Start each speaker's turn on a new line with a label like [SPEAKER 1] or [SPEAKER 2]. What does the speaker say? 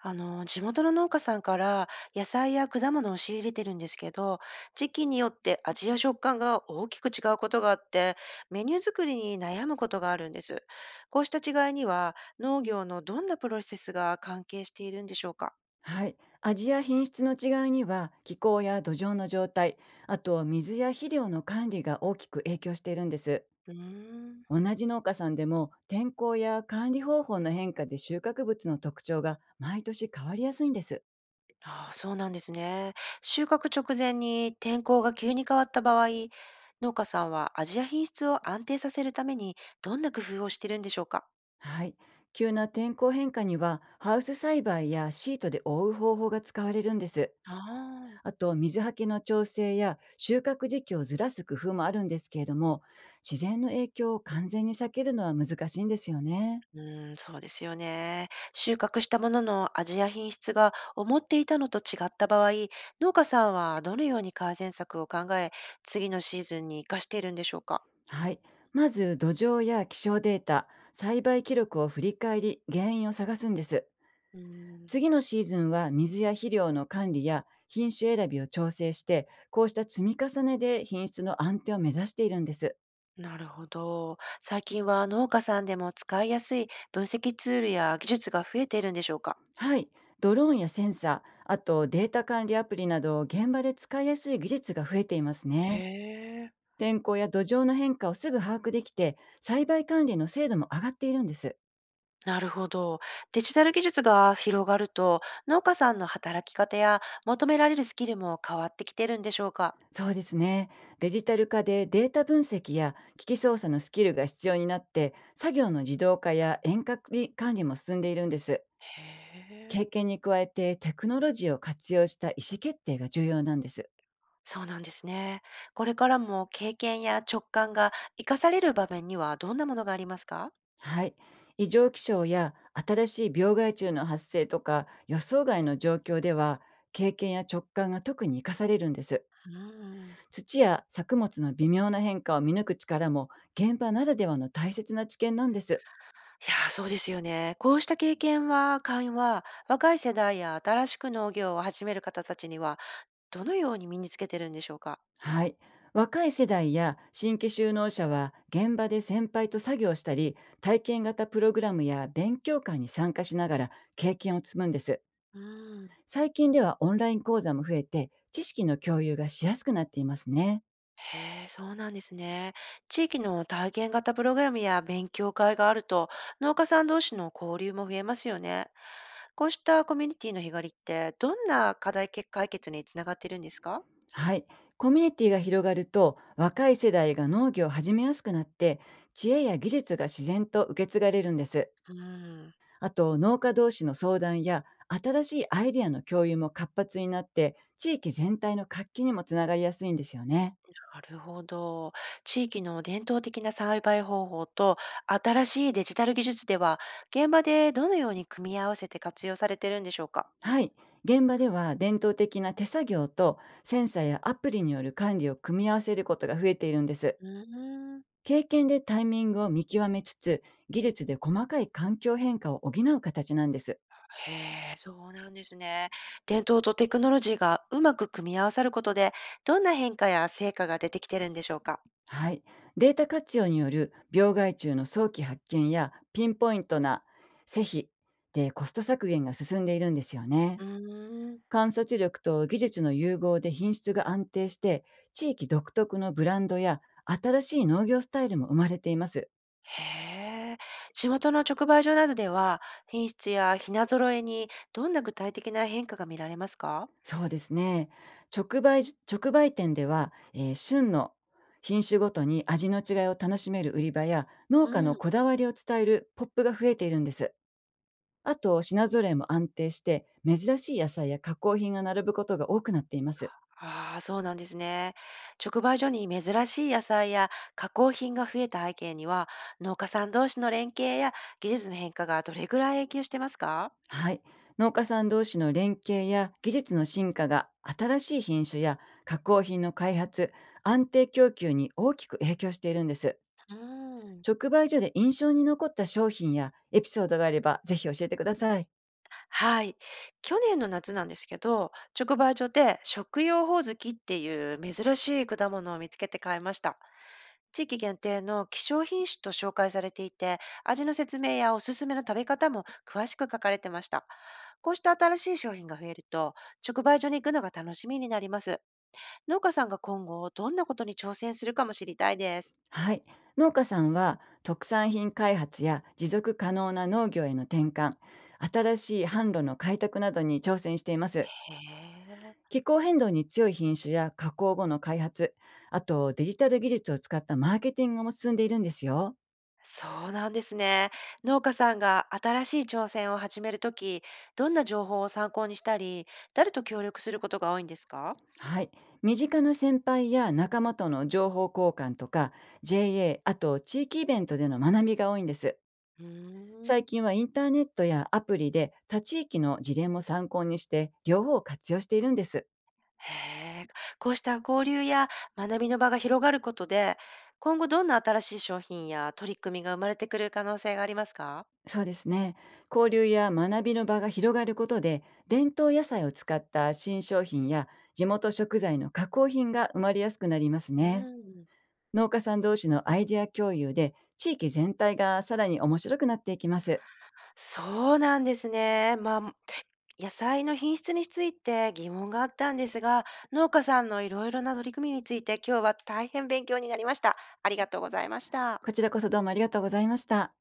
[SPEAKER 1] 地元の農家さんから野菜や果物を仕入れてるんですけど、時期によって味や食感が大きく違うことがあって、メニュー作りに悩むことがあるんです。こうした違いには農業のどんなプロセスが関係しているんでしょうか？
[SPEAKER 2] はい。味や品質の違いには気候や土壌の状態、あと水や肥料の管理が大きく影響しているんです。
[SPEAKER 1] うーん。
[SPEAKER 2] 同じ農家さんでも天候や管理方法の変化で収穫物の特徴が毎年変わりやすいんです。
[SPEAKER 1] ああ、そうなんですね。収穫直前に天候が急に変わった場合、農家さんは味や品質を安定させるためにどんな工夫をしてるんでしょうか？
[SPEAKER 2] はい。急な天候変化にはハウス栽培やシートで覆う方法が使われるんです。
[SPEAKER 1] ああー。
[SPEAKER 2] あと水はけの調整や収穫時期をずらす工夫もあるんですけれども、自然の影響を完全に避けるのは難しいんですよね。
[SPEAKER 1] うーん、そうですよね。収穫したものの味や品質が思っていたのと違った場合、農家さんはどのように改善策を考え、次のシーズンに活かしているんでしょうか？
[SPEAKER 2] はい。まず土壌や気象データ、栽培記録を振り返り、原因を探すんです。
[SPEAKER 1] うーん、
[SPEAKER 2] 次のシーズンは水や肥料の管理や品種選びを調整して、こうした積み重ねで品質の安定を目指しているんです。
[SPEAKER 1] なるほど。最近は農家さんでも使いやすい分析ツールや技術が増えているんでしょうか？
[SPEAKER 2] はい。ドローンやセンサー、あとデータ管理アプリなど現場で使いやすい技術が増えていますね。
[SPEAKER 1] へえ。
[SPEAKER 2] 天候や土壌の変化をすぐ把握できて、栽培管理の精度も上がっているんです。
[SPEAKER 1] なるほど。デジタル技術が広がると、農家さんの働き方や求められるスキルも変わってきてるんでしょうか？
[SPEAKER 2] そうですね。デジタル化でデータ分析や機器操作のスキルが必要になって、作業の自動化や遠隔管理も進んでいるんです。
[SPEAKER 1] へえ。
[SPEAKER 2] 経験に加えてテクノロジーを活用した意思決定が重要なんです。
[SPEAKER 1] そうなんですね。これからも経験や直感が活かされる場面にはどんなものがありますか？
[SPEAKER 2] はい。異常気象や新しい病害虫の発生とか予想外の状況では、経験や直感が特に生かされるんです。
[SPEAKER 1] うん。
[SPEAKER 2] 土や作物の微妙な変化を見抜く力も現場ならではの大切な知見なんです。
[SPEAKER 1] いやー、そうですよね。こうした経験は、会は若い世代や新しく農業を始める方たちには、どのように身につけてるんでしょうか？
[SPEAKER 2] はい。若い世代や新規就農者は現場で先輩と作業したり、体験型プログラムや勉強会に参加しながら経験を積むんです。
[SPEAKER 1] うん。
[SPEAKER 2] 最近ではオンライン講座も増えて、知識の共有がしやすくなっていますね。
[SPEAKER 1] へえ、そうなんですね。地域の体験型プログラムや勉強会があると、農家さん同士の交流も増えますよね。こうしたコミュニティの日狩りって、どんな課題解決につながっているんですか？
[SPEAKER 2] はい。コミュニティが広がると若い世代が農業を始めやすくなって、知恵や技術が自然と受け継がれるんです。
[SPEAKER 1] うーん、
[SPEAKER 2] あと農家同士の相談や新しいアイデアの共有も活発になって、地域全体の活気にもつながりやすいんですよね。
[SPEAKER 1] なるほど。地域の伝統的な栽培方法と新しいデジタル技術では、現場でどのように組み合わせて活用されてるんでしょうか？
[SPEAKER 2] はい。現場では伝統的な手作業と、センサーやアプリによる管理を組み合わせることが増えているんです。
[SPEAKER 1] うーん。
[SPEAKER 2] 経験でタイミングを見極めつつ、技術で細かい環境変化を補う形なんです。
[SPEAKER 1] へえ、そうなんですね。伝統とテクノロジーがうまく組み合わさることで、どんな変化や成果が出てきてるんでしょうか？
[SPEAKER 2] はい。データ活用による病害虫の早期発見やピンポイントな施肥でコスト削減が進んでいるんですよね。
[SPEAKER 1] うーん。
[SPEAKER 2] 観察力と技術の融合で品質が安定して、地域独特のブランドや新しい農業スタイルも生まれています。
[SPEAKER 1] へえ。地元の直売所などでは、品質や品揃えにどんな具体的な変化が見られますか？
[SPEAKER 2] そうですね。直売直売店では、旬の品種ごとに味の違いを楽しめる売り場や、農
[SPEAKER 1] う
[SPEAKER 2] 家の
[SPEAKER 1] ん。
[SPEAKER 2] こだわりを伝えるポップが増えているんです。あと品揃えも安定して、珍しい野菜や加工品が並ぶことが多くなっています。
[SPEAKER 1] ああ、そうなんですね。直売所に珍しい野菜や加工品が増えた背景には、農家さん同士の連携や技術の変化がどれぐらい影響してますか？
[SPEAKER 2] はい。農家さん同士の連携や技術の進化が、新しい品種や加工品の開発、安定供給に大きく影響しているんです。
[SPEAKER 1] うーん。
[SPEAKER 2] 直売所で印象に残った商品やエピソードがあれば、ぜひ教えてください。
[SPEAKER 1] はい。去年の夏なんですけど、直売所で食用ホウズキっていう珍しい果物を見つけて買いました。地域限定の希少品種と紹介されていて、味の説明やおすすめの食べ方も詳しく書かれてました。こうした新しい商品が増えると、直売所に行くのが楽しみになります。農家さんが今後、どんなことに挑戦するかも知りたいです。
[SPEAKER 2] はい。農家さんは特産品開発や持続可能な農業への転換、新しい販路の開拓などに挑戦しています。
[SPEAKER 1] へえ、
[SPEAKER 2] 気候変動に強い品種や加工後の開発、あとデジタル技術を使ったマーケティングも進んでいるんですよ。
[SPEAKER 1] そうなんですね。農家さんが新しい挑戦を始めるとき、どんな情報を参考にしたり、誰と協力することが多いんですか？
[SPEAKER 2] はい。身近な先輩や仲間との情報交換とか JA、 あと地域イベントでの学びが多いんです。
[SPEAKER 1] うー
[SPEAKER 2] 最
[SPEAKER 1] ん。
[SPEAKER 2] 近はインターネットやアプリで他地域の事例も参考にして、両方を活用しているんです。
[SPEAKER 1] へえ、こうした交流や学びの場が広がることで、今後どんな新しい商品や取り組みが生まれてくる可能性がありますか？
[SPEAKER 2] そうですね。交流や学びの場が広がることで、伝統野菜を使った新商品や地元食材の加工品が生まれやすくなります
[SPEAKER 1] う
[SPEAKER 2] ね。
[SPEAKER 1] ん。
[SPEAKER 2] 農家さん同士のアイデア共有で、地域全体がさらに面白くなっていきます。
[SPEAKER 1] そうなんですね。まあ、野菜の品質について疑問があったんですが、農家さんのいろいろな取り組みについて今日は大変勉強になりました。ありがとうございました。
[SPEAKER 2] こちらこそ、どうもありがとうございました。